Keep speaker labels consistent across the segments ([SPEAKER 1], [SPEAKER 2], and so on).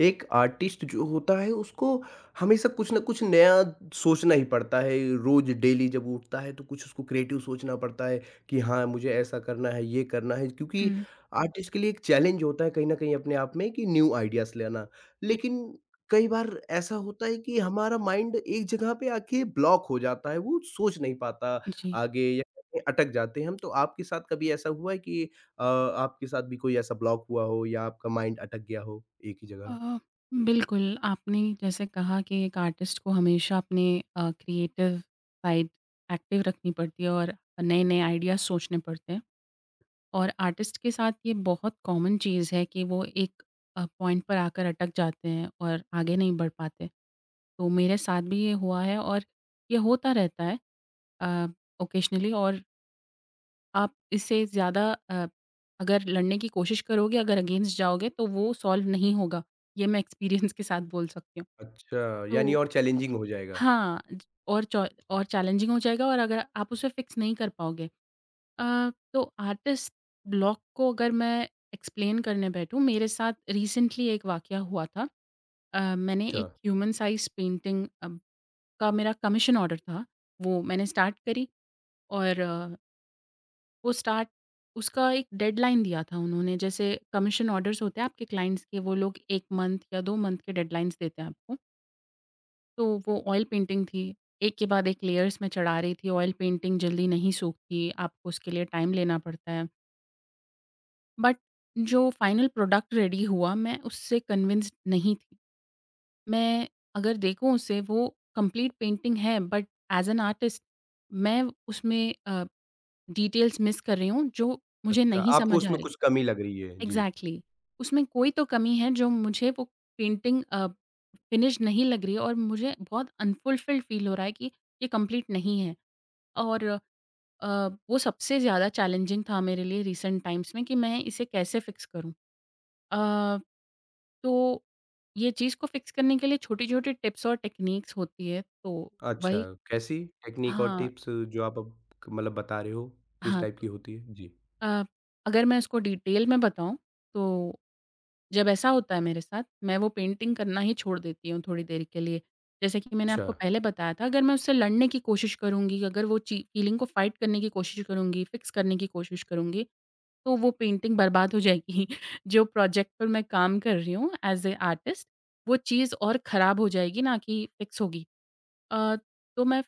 [SPEAKER 1] एक आर्टिस्ट जो होता है उसको हमेशा कुछ ना कुछ नया सोचना ही पड़ता है। रोज डेली जब उठता है तो कुछ उसको क्रिएटिव सोचना पड़ता है कि हाँ, मुझे ऐसा करना है, ये करना है, क्योंकि
[SPEAKER 2] हुँ।
[SPEAKER 1] आर्टिस्ट के लिए एक चैलेंज होता है कहीं ना कहीं अपने आप में, कि न्यू आइडियाज लेना।
[SPEAKER 2] जी,
[SPEAKER 1] लेकिन कई बार ऐसा होता है कि हमारा माइंड एक जगह पे आके ब्लॉक हो जाता है, वो सोच नहीं पाता
[SPEAKER 2] जी।
[SPEAKER 1] आगे या कहीं अटक जाते हैं हम। तो आपके साथ कभी ऐसा हुआ है कि आपके साथ भी कोई ऐसा ब्लॉक हुआ हो या आपका माइंड अटक गया हो एक ही जगह?
[SPEAKER 2] अ, बिल्कुल, आपने जैसे कहा कि एक आर्टिस्ट को हमेशा अपने क्रिएटिव साइड एक्टिव रखनी पड़ती है और नए-नए आइडियाज़ सोचने पड़ते हैं। और आर्टिस्ट के साथ ये बहुत कॉमन चीज़ है कि वो एक पॉइंट पर आकर अटक जाते हैं और आगे नहीं बढ़ पाते। तो मेरे साथ भी ये हुआ है और ये होता रहता है अ, ओकेशनली। और आप इससे ज़्यादा अगर लड़ने की कोशिश करोगे, अगर अगेंस्ट जाओगे तो वो सॉल्व नहीं होगा। ये मैं एक्सपीरियंस के साथ बोल सकती हूँ।
[SPEAKER 1] अच्छा,
[SPEAKER 2] तो
[SPEAKER 1] यानी और चैलेंजिंग हो जाएगा।
[SPEAKER 2] हाँ, ज और चौ और चैलेंजिंग हो जाएगा और अगर आप उसे फिक्स नहीं कर पाओगे। तो आर्टिस्ट ब्लॉक को अगर मैं एक्सप्लेन करने बैठूँ, मेरे साथ रिसेंटली एक वाकया हुआ था। मैंने
[SPEAKER 1] अच्छा,
[SPEAKER 2] एक ह्यूमन साइज़ पेंटिंग का मेरा कमीशन ऑर्डर था। वो मैंने स्टार्ट करी और वो स्टार्ट उसका एक डेडलाइन दिया था उन्होंने, जैसे कमीशन ऑर्डर्स होते हैं आपके क्लाइंट्स के, वो लोग 1 मंथ या 2 मंथ के डेडलाइन्स देते हैं आपको। तो वो ऑयल पेंटिंग थी, एक के बाद एक लेयर्स में चढ़ा रही थी, ऑयल पेंटिंग जल्दी नहीं सूखती, आपको उसके लिए टाइम लेना पड़ता है। बट जो फाइनल प्रोडक्ट रेडी हुआ, मैं उससे कन्विंस्ड नहीं थी। मैं अगर देखूँ उसे, वो कंप्लीट पेंटिंग है, बट ऐज़ एन आर्टिस्ट मैं उसमें अ, डिटेल्स मिस कर रही हूँ, जो मुझे
[SPEAKER 1] अच्छा,
[SPEAKER 2] नहीं
[SPEAKER 1] आपको
[SPEAKER 2] समझ आ
[SPEAKER 1] उसमें
[SPEAKER 2] रही।
[SPEAKER 1] कुछ कमी लग रही है। जी।
[SPEAKER 2] एग्ज़ैक्टली उसमें कोई तो कमी है जो मुझे वो पेंटिंग फिनिश नहीं लग रही है और मुझे बहुत अनफुलफिल्ड फ़ील हो रहा है कि ये कंप्लीट नहीं है और अ, वो सबसे ज़्यादा चैलेंजिंग था मेरे लिए रिसेंट टाइम्स में कि मैं इसे कैसे फ़िक्स करूँ। अ, तो ये चीज़ को फ़िक्स करने के लिए छोटी-छोटी टिप्स और टेक्नीक्स होती है। तो
[SPEAKER 1] अच्छा,
[SPEAKER 2] वही
[SPEAKER 1] कैसी टेक्नीक और
[SPEAKER 2] हाँ,
[SPEAKER 1] टिप्स जो आप अब मतलब बता रहे हो, किस
[SPEAKER 2] हाँ,
[SPEAKER 1] टाइप
[SPEAKER 2] तो
[SPEAKER 1] की होती है? जी।
[SPEAKER 2] अ, अगर मैं उसको डिटेल में बताऊँ, तो जब ऐसा होता है मेरे साथ, मैं वो पेंटिंग करना ही छोड़ देती हूँ थोड़ी देर के लिए। जैसे कि मैंने
[SPEAKER 1] अच्छा।
[SPEAKER 2] आपको पहले बताया था, अगर मैं उससे लड़ने की कोशिश करूँगी, अगर वो ची फीलिंग को फाइट करने की कोशिश करूँगी, फिक्स करने की कोशिश करूँगी, तो वो पेंटिंग बर्बाद हो जाएगी। जो प्रोजेक्ट पर मैं काम कर रही हूँ एज़ अ आर्टिस्ट, वो चीज़ और ख़राब हो जाएगी ना कि फिक्स होगी। अ, तो मैं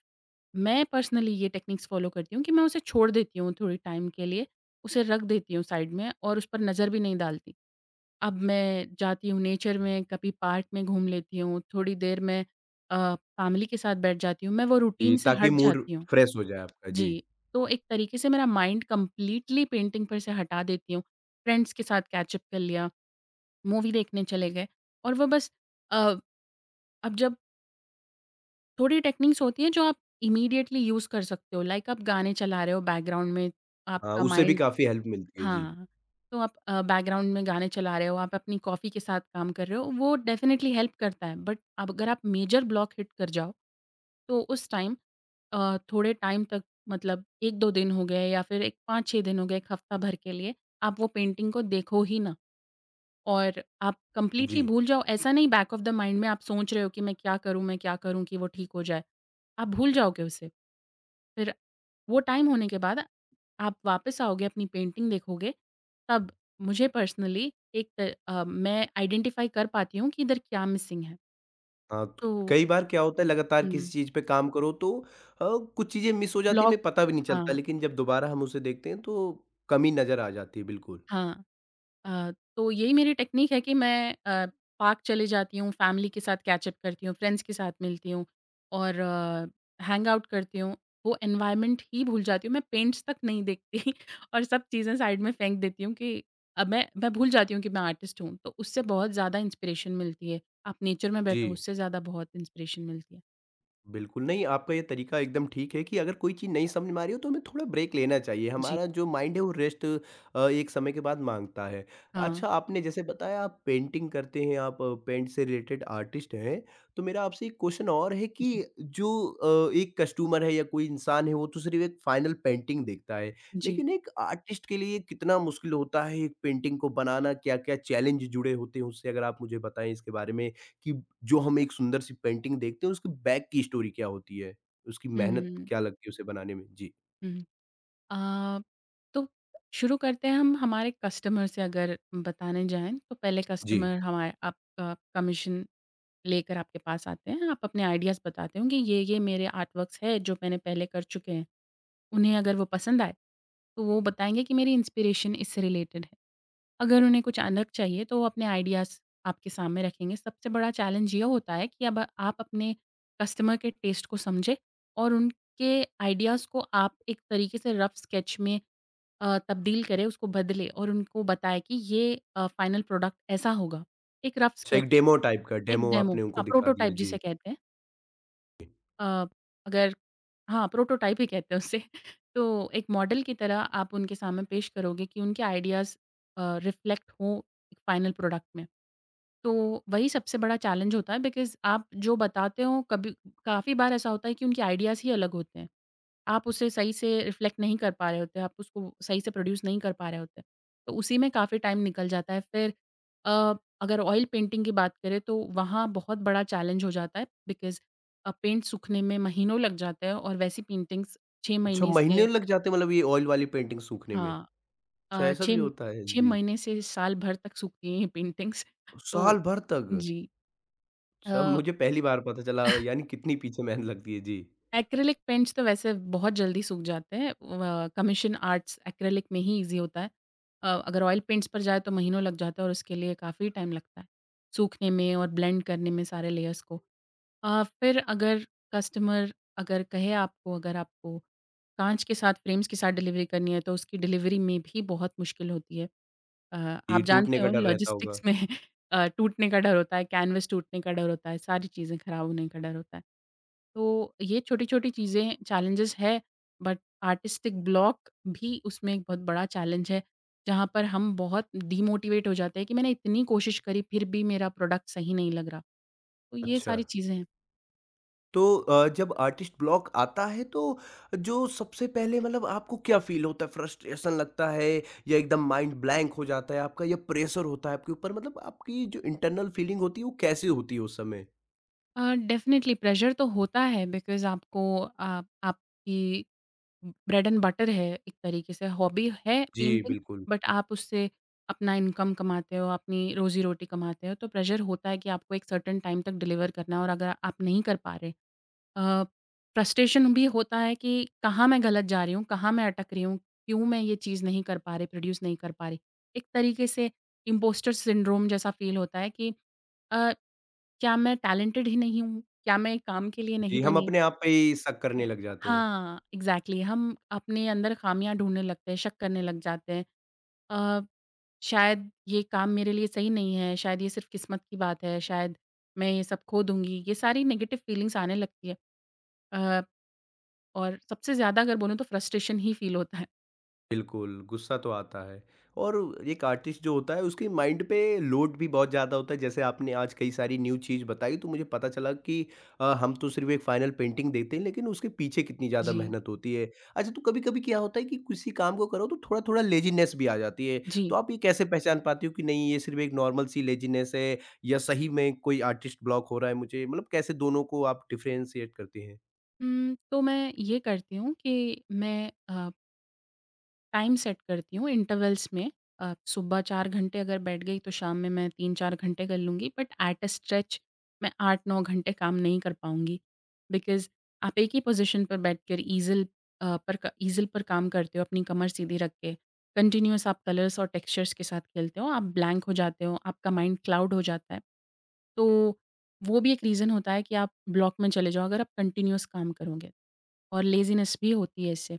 [SPEAKER 2] मैं पर्सनली ये टेक्निक्स फ़ॉलो करती हूँ कि मैं उसे छोड़ देती हूँ थोड़ी टाइम के लिए, उसे रख देती हूँ साइड में और उस पर नज़र भी नहीं डालती। अब मैं जाती हूँ नेचर में, कभी पार्क में घूम लेती हूँ, थोड़ी देर मैं फैमिली के साथ बैठ जाती हूँ, मैं वो
[SPEAKER 1] जी,
[SPEAKER 2] रूटीन से
[SPEAKER 1] ताकि
[SPEAKER 2] हट
[SPEAKER 1] मूड
[SPEAKER 2] जाती हूँ।
[SPEAKER 1] फ्रेश हो जाए आपका। जी।
[SPEAKER 2] जी, तो एक तरीके से मेरा माइंड कंप्लीटली पेंटिंग पर से हटा देती हूँ। फ्रेंड्स के साथ कैचअप कर लिया, मूवी देखने चले गए और वो बस। अ, अब जब थोड़ी टेक्निक्स होती हैं जो आप इमीडिएटली यूज़ कर सकते हो, लाइक आप गाने चला रहे हो बैकग्राउंड में,
[SPEAKER 1] हाँ,
[SPEAKER 2] आपका
[SPEAKER 1] उससे भी
[SPEAKER 2] माइंड।
[SPEAKER 1] काफ़ी हेल्प मिलती है। जी।
[SPEAKER 2] हाँ, तो आप बैकग्राउंड में गाने चला रहे हो, आप अपनी कॉफ़ी के साथ काम कर रहे हो, वो डेफ़िनेटली हेल्प करता है। बट अब अगर आप मेजर ब्लॉक हिट कर जाओ, तो उस टाइम थोड़े टाइम तक मतलब 1-2 दिन हो गए या फिर एक 5-6 दिन हो गए, 1 हफ़्ता भर के लिए, आप वो पेंटिंग को देखो ही ना और आप
[SPEAKER 1] जी।
[SPEAKER 2] कंप्लीटली भूल जाओ। ऐसा नहीं बैक ऑफ द माइंड में आप सोच रहे हो कि मैं क्या करूँ कि वो ठीक हो जाए? आप भूल जाओगे उसे। फिर वो टाइम होने के बाद आप वापस आओगे, अपनी पेंटिंग देखोगे, तब मुझे पर्सनली मैं आइडेंटिफ़ाई कर पाती हूँ कि इधर क्या मिसिंग है।
[SPEAKER 1] हाँ, त
[SPEAKER 2] तो
[SPEAKER 1] कई बार क्या होता है, लगातार किसी
[SPEAKER 2] हुँ,
[SPEAKER 1] चीज़ पे काम करो तो कुछ चीज़ें मिस हो जाती हैं,
[SPEAKER 2] ब्लॉक
[SPEAKER 1] हमें पता भी नहीं चलता,
[SPEAKER 2] हाँ,
[SPEAKER 1] लेकिन जब दोबारा हम उसे देखते हैं तो कमी नज़र आ जाती है, बिल्कुल।
[SPEAKER 2] हाँ। अ, तो यही मेरी टेक्नीक है कि मैं अ, पार्क चले जाती हूँ, फैमिली के साथ कैचअप करती हूँ, फ्रेंड्स के साथ मिलती हूँ और हैंग आउट करती हूँ। वो एनवायरनमेंट ही भूल जाती हूँ, मैं पेंट्स तक नहीं देखती और सब चीज़ें साइड में फेंक देती हूँ कि अब मैं भूल जाती हूँ कि मैं आर्टिस्ट हूँ, तो उससे बहुत ज़्यादा इंस्पिरेशन मिलती है। आप नेचर में
[SPEAKER 1] जी।
[SPEAKER 2] बैठो, उससे ज़्यादा बहुत इंस्पिरेशन मिलती है।
[SPEAKER 1] बिल्कुल, नहीं आपका ये तरीका एकदम ठीक है कि अगर कोई चीज़ नहीं समझ में आ रही हो तो हमें थोड़ा ब्रेक लेना चाहिए।
[SPEAKER 2] जी।
[SPEAKER 1] हमारा जो माइंड है वो रेस्ट एक समय के बाद माँगता है।
[SPEAKER 2] हाँ।
[SPEAKER 1] अच्छा, आपने जैसे बताया आप पेंटिंग करते हैं, आप पेंट से रिलेटेड आर्टिस्ट हैं। तो मेरा आपसे एक क्वेश्चन और है
[SPEAKER 2] जी,
[SPEAKER 1] कि जो एक कस्टमर है या कोई इंसान है, वो तो सिर्फ़ एक फाइनल पेंटिंग देखता है।
[SPEAKER 2] जी।
[SPEAKER 1] लेकिन एक आर्टिस्ट के लिए कितना मुश्किल होता है एक पेंटिंग को बनाना? क्या-क्या चैलेंज जुड़े होते हैं उससे? अगर आप मुझे बताएँ इसके बारे में कि जो हम एक सुंदर सी पेंटिंग देखते हैं, उसकी बैक की स्टोरी क्या होती है? उसकी
[SPEAKER 2] हुँ,
[SPEAKER 1] मेहनत
[SPEAKER 2] हुँ,
[SPEAKER 1] क्या लगती है उसे बनाने में? जी।
[SPEAKER 2] हुँ। अ, तो शुरू करते हैं हम हमारे कस्टमर से अगर बताने जाएँ, तो पहले
[SPEAKER 1] जी।
[SPEAKER 2] कस्टमर हमारे आपका कमीशन लेकर आपके पास आते हैं। आप अपने आइडियाज़ बताते हो कि ये-ये मेरे आर्टवर्क्स है जो मैंने पहले कर चुके हैं। उन्हें अगर वो पसंद आए, तो वो बताएँगे कि मेरी इंस्पिरेशन इससे रिलेटेड है। अगर उन्हें कुछ अलग चाहिए तो वो अपने आइडियाज़ आपके सामने रखेंगे। सबसे बड़ा चैलेंज ये होता है कि अब आप अपने कस्टमर के टेस्ट को समझें और उनके आइडियाज़ को आप एक तरीके से रफ स्केच में तब्दील करे, उसको बदले और उनको बताए कि ये फ़ाइनल प्रोडक्ट ऐसा होगा। एक रफ़
[SPEAKER 1] अच्छा, एक
[SPEAKER 2] स्केच,
[SPEAKER 1] डेमो टाइप का,
[SPEAKER 2] एक
[SPEAKER 1] डेमो
[SPEAKER 2] डेमो,
[SPEAKER 1] आपने उनको
[SPEAKER 2] हाँ,
[SPEAKER 1] दिखा दिया,
[SPEAKER 2] प्रोटोटाइप
[SPEAKER 1] जी।
[SPEAKER 2] जिसे कहते हैं। अ, अगर हाँ, प्रोटोटाइप ही कहते हैं उसे। तो एक मॉडल की तरह आप उनके सामने पेश करोगे कि उनके आइडियाज़ रिफ्लेक्ट हों एक फ़ाइनल प्रोडक्ट में। तो वही सबसे बड़ा चैलेंज होता है बिकॉज़ आप जो बताते हो, कभी काफ़ी बार ऐसा होता है कि उनके आइडियाज़ ही अलग होते हैं। आप उसे सही से रिफ्लेक्ट नहीं कर पा रहे होते, आप उसको सही से प्रोड्यूस नहीं कर पा रहे होते। तो उसी में काफ़ी टाइम निकल जाता है। फिर अ, अगर ऑयल पेंटिंग की बात करें तो वहाँ बहुत बड़ा चैलेंज हो जाता है बिकॉज़ पेंट सूखने में महीनों लग जाते हैं और वैसी पेंटिंग्स 6
[SPEAKER 1] अच्छा,
[SPEAKER 2] महीने
[SPEAKER 1] महीने
[SPEAKER 2] से
[SPEAKER 1] लग जाते हैं मतलब ये ऑयल वाली पेंटिंग सूखने में?
[SPEAKER 2] हाँ
[SPEAKER 1] अच्छा, ऐसा भी
[SPEAKER 2] 6
[SPEAKER 1] होता है,
[SPEAKER 2] 6
[SPEAKER 1] जी।
[SPEAKER 2] महीने से साल भर तक सूखती हैं ये पेंटिंग्स। तो
[SPEAKER 1] साल भर तक?
[SPEAKER 2] जी।
[SPEAKER 1] अच्छा,
[SPEAKER 2] अ
[SPEAKER 1] मुझे पहली बार पता चला, यानी कितनी पीछे मेहनत लगती है, जी।
[SPEAKER 2] एक्रिलिक पेंट्स तो वैसे बहुत जल्दी सूख जाते हैं। व कमीशन आर्ट्स एक्रिलिक में ही ईज़ी होता है। अगर ऑयल पेंट्स पर जाए तो महीनों लग जाता है और उसके लिए काफ़ी टाइम लगता है, सूखने में और ब्लेंड करने में सारे लेयर्स को। फिर अगर कस्टमर अगर कहे आपको, अगर आपको कांच के साथ फ्रेम्स के साथ डिलीवरी करनी है तो उसकी डिलीवरी में भी बहुत मुश्किल होती है। अ,
[SPEAKER 1] ये
[SPEAKER 2] आप
[SPEAKER 1] टूटने
[SPEAKER 2] जानते
[SPEAKER 1] का
[SPEAKER 2] हो
[SPEAKER 1] डर रहता होगा।
[SPEAKER 2] लॉजिस्टिक्स में टूटने का डर होता है, कैनवस टूटने का डर होता है, सारी चीज़ें ख़राब होने का डर होता है। तो ये छोटी-छोटी चीज़ें चैलेंजेस है बट आर्टिस्टिक ब्लॉक भी उसमें एक बहुत बड़ा चैलेंज है, जहाँ पर हम बहुत डीमोटिवेट हो जाते हैं कि मैंने इतनी कोशिश करी फिर भी मेरा प्रोडक्ट सही नहीं लग रहा। तो ये
[SPEAKER 1] अच्छा।
[SPEAKER 2] सारी चीज़ें हैं।
[SPEAKER 1] तो जब आर्टिस्ट ब्लॉक आता है तो जो सबसे पहले मतलब आपको क्या फील होता है? फ्रस्ट्रेशन लगता है या एकदम माइंड ब्लैंक हो जाता है आपका, या प्रेशर होता है आपके ऊपर, मतलब आपकी जो इंटरनल फीलिंग होती है वो कैसे होती है उस समय?
[SPEAKER 2] डेफ़िनेटली प्रेशर तो होता है बिकॉज़ आपको आप आपकी ब्रेड एंड बटर है एक तरीके से, हॉबी है
[SPEAKER 1] जी,
[SPEAKER 2] पेंटिंग,
[SPEAKER 1] बिल्कुल।
[SPEAKER 2] बट आप उससे अपना इनकम कमाते हो, अपनी रोज़ी-रोटी कमाते हो, तो प्रेशर होता है कि आपको एक सर्टेन टाइम तक डिलीवर करना है और अगर आप नहीं कर पा रहे। अ, फ्रस्ट्रेशन भी होता है कि कहाँ मैं गलत जा रही हूँ, कहाँ मैं अटक रही हूँ, क्यों मैं ये चीज़ नहीं कर पा रही, प्रोड्यूस नहीं कर पा रही। एक तरीके से इम्पोस्टर सिंड्रोम जैसा फ़ील होता है कि अ, क्या मैं टैलेंटेड ही नहीं हूँ? क्या मैं काम के लिए
[SPEAKER 1] जी,
[SPEAKER 2] नहीं
[SPEAKER 1] हम
[SPEAKER 2] बनी?
[SPEAKER 1] अपने आप पे ही शक करने लग जाते हैं।
[SPEAKER 2] हाँ, एग्ज़ैक्टली हम अपने अंदर खामियाँ ढूँढने लगते हैं, शक करने लग जाते हैं। अ, शायद ये काम मेरे लिए सही नहीं है, शायद ये सिर्फ़ किस्मत की बात है, शायद मैं ये सब खो दूँगी, ये सारी नेगेटिव फ़ीलिंग्स आने लगती है। अ और सबसे ज़्यादा अगर बोलूँ तो फ्रस्ट्रेशन ही फ़ील होता है।
[SPEAKER 1] बिल्कुल, गुस्सा तो आता है और एक आर्टिस्ट जो होता है उसके माइंड पे लोड भी बहुत ज़्यादा होता है। जैसे आपने आज कई सारी न्यू चीज़ बताई तो मुझे पता चला कि हम तो सिर्फ़ एक फ़ाइनल पेंटिंग देखते हैं, लेकिन उसके पीछे कितनी ज़्यादा
[SPEAKER 2] जी।
[SPEAKER 1] मेहनत होती है। अच्छा, तो कभी-कभी क्या होता है कि किसी काम को करो तो थोड़ा-थोड़ा लेज़ीनेस भी आ जाती है।
[SPEAKER 2] जी।
[SPEAKER 1] तो आप ये कैसे पहचान पाती हो कि नहीं, ये सिर्फ़ एक नॉर्मल सी लेज़ीनेस है या सही में कोई आर्टिस्ट ब्लॉक हो रहा है मुझे? मतलब कैसे दोनों को आप डिफ़रेंशिएट करती हैं?
[SPEAKER 2] हुँ, तो मैं ये करती हूँ कि मैं टाइम सेट करती हूँ इंटरवल्स में। सुबह 4 घंटे अगर बैठ गई तो शाम में मैं 3-4 घंटे कर लूँगी, बट एट अ स्ट्रेच मैं 8-9 घंटे काम नहीं कर पाऊँगी। बिकॉज़ आप एक ही पोज़ीशन पर बैठकर ईज़िल पर काम करते हो अपनी कमर सीधी रख के। कंटिन्यूअस आप कलर्स और टेक्सचर्स के साथ खेलते हो, आप ब्लैंक हो जाते हो, आपका माइंड क्लाउड हो जाता है। तो वो भी एक रीज़न होता है कि आप ब्लॉक में चले जाओ अगर आप कंटिन्यूअस काम करोगे। और लेज़ीनेस भी होती है इससे।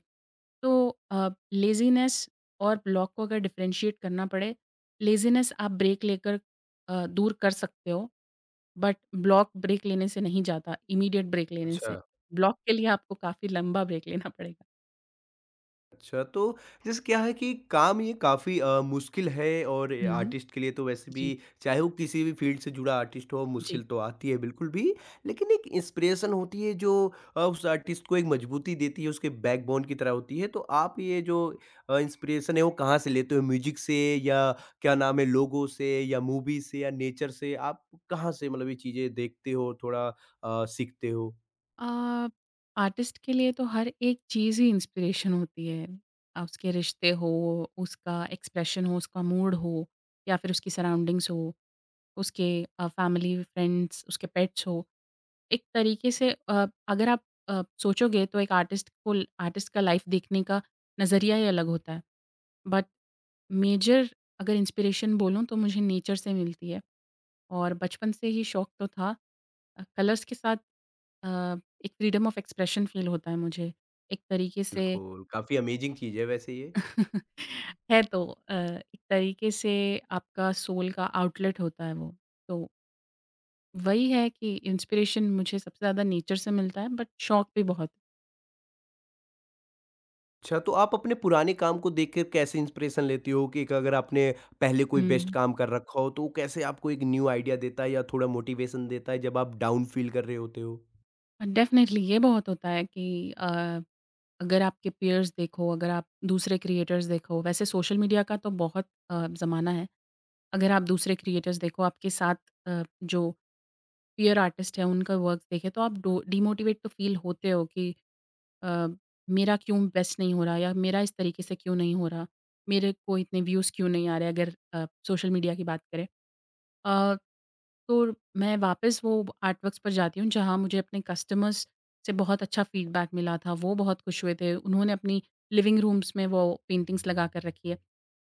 [SPEAKER 2] तो लेज़ीनेस और ब्लॉक को अगर डिफ़रेंशिएट करना पड़े, लेज़ीनेस आप ब्रेक लेकर दूर कर सकते हो, बट ब्लॉक ब्रेक लेने से नहीं जाता, इमीडिएट ब्रेक लेने से।
[SPEAKER 1] अच्छा।
[SPEAKER 2] ब्लॉक के लिए आपको काफ़ी लंबा ब्रेक लेना पड़ेगा।
[SPEAKER 1] अच्छा, तो जैसे क्या है कि काम ये काफ़ी मुश्किल है, और ये
[SPEAKER 2] हुँ,
[SPEAKER 1] आर्टिस्ट के लिए तो वैसे भी,
[SPEAKER 2] जी,
[SPEAKER 1] चाहे वो किसी भी फ़ील्ड से जुड़ा आर्टिस्ट हो,
[SPEAKER 2] जी।
[SPEAKER 1] मुश्किल तो आती है बिल्कुल भी। लेकिन एक इंस्पिरेशन होती है जो उस आर्टिस्ट को एक मजबूती देती है, उसके बैकबोन की तरह होती है। तो आप ये जो इंस्पिरेशन है वो कहाँ से लेते हो? म्यूज़िक से या क्या नाम है, लोगों से या मूवी से या नेचर से? आप कहाँ से मतलब ये चीज़ें देखते हो, थोड़ा सीखते हो?
[SPEAKER 2] अ, आर्टिस्ट के लिए तो हर एक चीज़ ही इंस्पिरेशन होती है। उसके रिश्ते हो, उसका एक्सप्रेशन हो, उसका मूड हो या फिर उसकी सराउंडिंग्स हो, उसके फैमिली, फ्रेंड्स, उसके पेट्स हो। एक तरीके से अगर आप सोचोगे तो एक आर्टिस्ट को आर्टिस्ट का लाइफ देखने का नज़रिया ही अलग होता है। बट मेजर अगर इंस्पिरेशन बोलूँ तो मुझे नेचर से मिलती है। और बचपन से ही शौक तो था। कलर्स के साथ अ, एक फ्रीडम ऑफ एक्सप्रेशन फ़ील होता है मुझे। एक तरीके से
[SPEAKER 1] बिल्कुल, काफ़ी अमेज़िंग चीज़ है वैसे ये।
[SPEAKER 2] है तो अ, एक तरीके से आपका सोल का आउटलेट होता है वो। तो वही है कि इंस्पिरेशन मुझे सबसे ज़्यादा नेचर से मिलता है बट शौक भी बहुत।
[SPEAKER 1] अच्छा, तो आप अपने पुराने काम को देखकर कैसे इंस्पिरेशन लेती हो, कि एक अगर आपने पहले कोई बेस्ट
[SPEAKER 2] हुँ।
[SPEAKER 1] काम कर रखा हो तो वो कैसे आपको एक न्यू आइडिया देता है या थोड़ा मोटिवेशन देता है जब आप डाउन फील कर रहे होते हो?
[SPEAKER 2] डेफ़िनेटली ये बहुत होता है कि अ, अगर आपके पीयर्स देखो, अगर आप दूसरे क्रिएटर्स देखो। वैसे सोशल मीडिया का तो बहुत ज़माना है। अगर आप दूसरे क्रिएटर्स देखो, आपके साथ अ, जो पीयर आर्टिस्ट हैं, उनका वर्क देखें, तो आप डो डिमोटिवेट तो फ़ील होते हो कि अ, मेरा क्यों बेस्ट नहीं हो रहा या मेरा इस तरीके से क्यों नहीं हो रहा, मेरे को इतने व्यूज़ क्यों नहीं आ रहे अगर सोशल मीडिया की बात करें। अ, तो मैं वापस वो आर्टवर्क्स पर जाती हूँ, जहाँ मुझे अपने कस्टमर्स से बहुत अच्छा फ़ीडबैक मिला था, वो बहुत खुश हुए थे। उन्होंने अपनी लिविंग रूम्स में वो पेंटिंग्स लगा कर रखी है।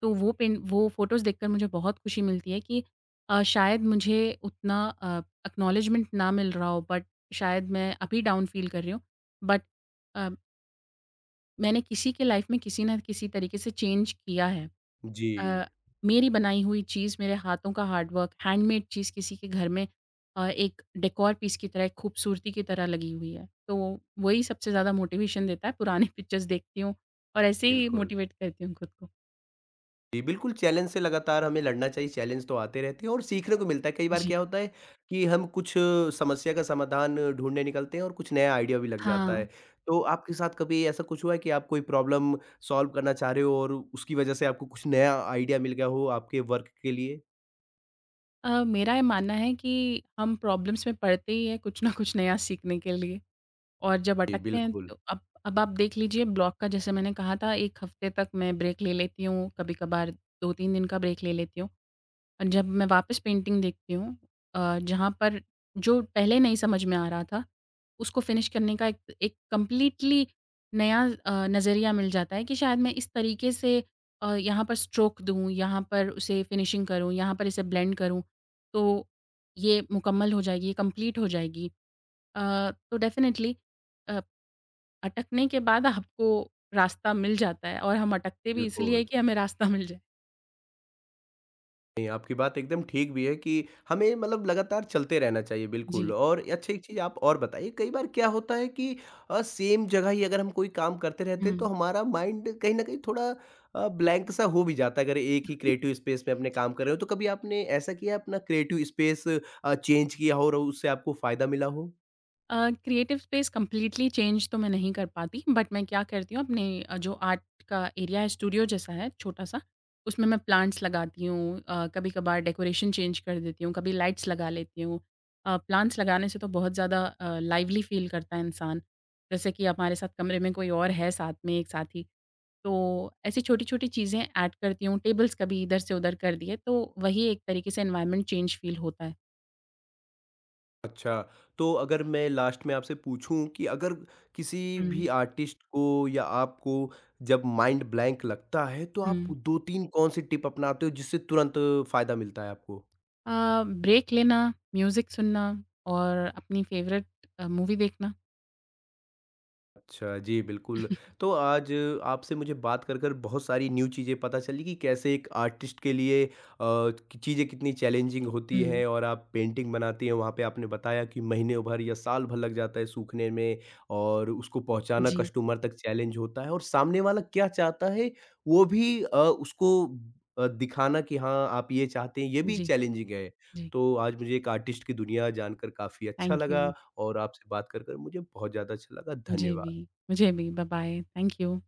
[SPEAKER 2] तो वो फ़ोटोज़ देखकर मुझे बहुत खुशी मिलती है कि शायद मुझे उतना अ, एक्नॉलेजमेंट ना मिल रहा हो, बट शायद मैं अभी डाउन फ़ील कर रही हूँ। बट अ, मैंने किसी के लाइफ़ में किसी न किसी तरीके से चेंज किया है।
[SPEAKER 1] जी,
[SPEAKER 2] अ, मेरी बनाई हुई चीज़, मेरे हाथों का हार्ड वर्क, हैंडमेड चीज़ किसी के घर में एक डेकोर पीस की तरह, एक खूबसूरती की तरह लगी हुई है। तो वही सबसे ज़्यादा मोटिवेशन देता है। पुरानी पिक्चर्स देखती हूँ और ऐसे ही
[SPEAKER 1] बिल्कुल।
[SPEAKER 2] मोटिवेट करती हूँ खुद को।
[SPEAKER 1] जी, बिल्कुल, चैलेंज से लगातार हमें लड़ना चाहिए, चैलेंज तो आते रहते हैं और सीखने को मिलता है। कई बार
[SPEAKER 2] जी।
[SPEAKER 1] क्या होता है कि हम कुछ समस्या का समाधान ढूँढने निकलते हैं और कुछ नया आइडिया भी लग जाता है।
[SPEAKER 2] हाँ।
[SPEAKER 1] तो आपके साथ कभी ऐसा कुछ हुआ है कि आप कोई प्रॉब्लम सॉल्व करना चाह रहे हो और उसकी वजह से आपको कुछ नया आइडिया मिल गया हो आपके वर्क के लिए?
[SPEAKER 2] मेरा ये मानना है कि हम प्रॉब्लम्स में पड़ते ही हैं कुछ ना कुछ नया सीखने के लिए और जब
[SPEAKER 1] जी,
[SPEAKER 2] अटकते हैं
[SPEAKER 1] बिल्कुल,
[SPEAKER 2] तो अब आप देख लीजिए ब्लॉक का, जैसे मैंने कहा था 1 हफ्ते तक मैं ब्रेक ले लेती हूँ, कभी-कभार 2-3 दिन का ब्रेक ले लेती हूँ। जब मैं वापस पेंटिंग देखती हूँ जहाँ पर जो पहले नहीं समझ में आ रहा था, उसको फिनिश करने का एक एक कंप्लीटली नया नज़रिया मिल जाता है कि शायद मैं इस तरीके से यहाँ पर स्ट्रोक दूँ, यहाँ पर उसे फिनिशिंग करूँ, यहाँ पर इसे ब्लेंड करूँ, तो ये मुकम्मल हो जाएगी, ये कंप्लीट हो जाएगी। तो डेफ़िनिटली अ, अटकने के बाद आपको रास्ता मिल जाता है और हम अटकते भी इसलिए
[SPEAKER 1] बिल्कुल।
[SPEAKER 2] हैं कि हमें रास्ता मिल जाए।
[SPEAKER 1] नहीं, आपकी बात एकदम ठीक भी है कि हमें मतलब लगातार चलते रहना चाहिए, बिल्कुल।
[SPEAKER 2] जी।
[SPEAKER 1] और अच्छा, एक चीज़ आप और बताइए, कई बार क्या होता है कि सेम जगह ही अगर हम कोई काम करते रहते हैं, तो
[SPEAKER 2] हुँ।
[SPEAKER 1] हमारा माइंड कहीं न कहीं थोड़ा ब्लैंक सा हो भी जाता है, अगर एक ही क्रिएटिव स्पेस में अपने काम कर रहे हो। तो कभी आपने ऐसा किया है, अपना क्रिएटिव स्पेस चेंज किया हो और उससे आपको फ़ायदा मिला हो?
[SPEAKER 2] क्रिएटिव स्पेस कंप्लीटली चेंज तो मैं नहीं कर पाती, बट मैं क्या करती हूँ अपने जो आर्ट का एरिया है, स्टूडियो जैसा है छोटा-सा, उसमें मैं प्लांट्स लगाती हूँ। कभी-कभार डेकोरेशन चेंज कर देती हूँ, कभी लाइट्स लगा लेती हूँ। प्लांट्स लगाने से तो बहुत ज़्यादा लाइवली फ़ील करता है इंसान। जैसे कि हमारे साथ कमरे में कोई और है साथ में एक साथी, तो ऐसी छोटी-छोटी चीज़ें ऐड करती हूँ। टेबल्स कभी इधर से उधर कर दिए, तो वही एक तरीके से एनवायरनमेंट चेंज फ़ील होता है।
[SPEAKER 1] अच्छा, तो अगर मैं लास्ट में आपसे पूछूँ कि अगर किसी भी
[SPEAKER 2] हुँ,
[SPEAKER 1] आर्टिस्ट को या आपको जब माइंड ब्लैंक लगता है, तो आप
[SPEAKER 2] हुँ।
[SPEAKER 1] 2-3 कौन-सी टिप अपनाते हो जिससे तुरंत फ़ायदा मिलता है आपको?
[SPEAKER 2] ब्रेक लेना, म्यूज़िक सुनना और अपनी फ़ेवरेट मूवी देखना।
[SPEAKER 1] अच्छा, जी बिल्कुल। तो आज आपसे मुझे बात कर कर बहुत सारी न्यू चीज़ें पता चली कि कैसे एक आर्टिस्ट के लिए कि चीज़ें कितनी चैलेंजिंग होती
[SPEAKER 2] हुँ,
[SPEAKER 1] हैं, और आप पेंटिंग बनाती हैं, वहाँ पे आपने बताया कि महीने भर या साल भर लग जाता है सूखने में, और उसको पहुँचाना
[SPEAKER 2] जी,
[SPEAKER 1] कस्टमर तक चैलेंज होता है, और सामने वाला क्या चाहता है, वो भी उसको दिखाना कि हाँ, आप ये चाहते हैं, ये भी
[SPEAKER 2] जी,
[SPEAKER 1] चैलेंजिंग है।
[SPEAKER 2] जी।
[SPEAKER 1] तो आज मुझे एक आर्टिस्ट की दुनिया जानकर काफ़ी अच्छा
[SPEAKER 2] थैंक यू।
[SPEAKER 1] लगा और आपसे बात कर कर मुझे बहुत ज़्यादा अच्छा लगा।
[SPEAKER 2] मुझे भी
[SPEAKER 1] धन्यवाद।
[SPEAKER 2] मुझे भी। बाय-बाय। Thank you.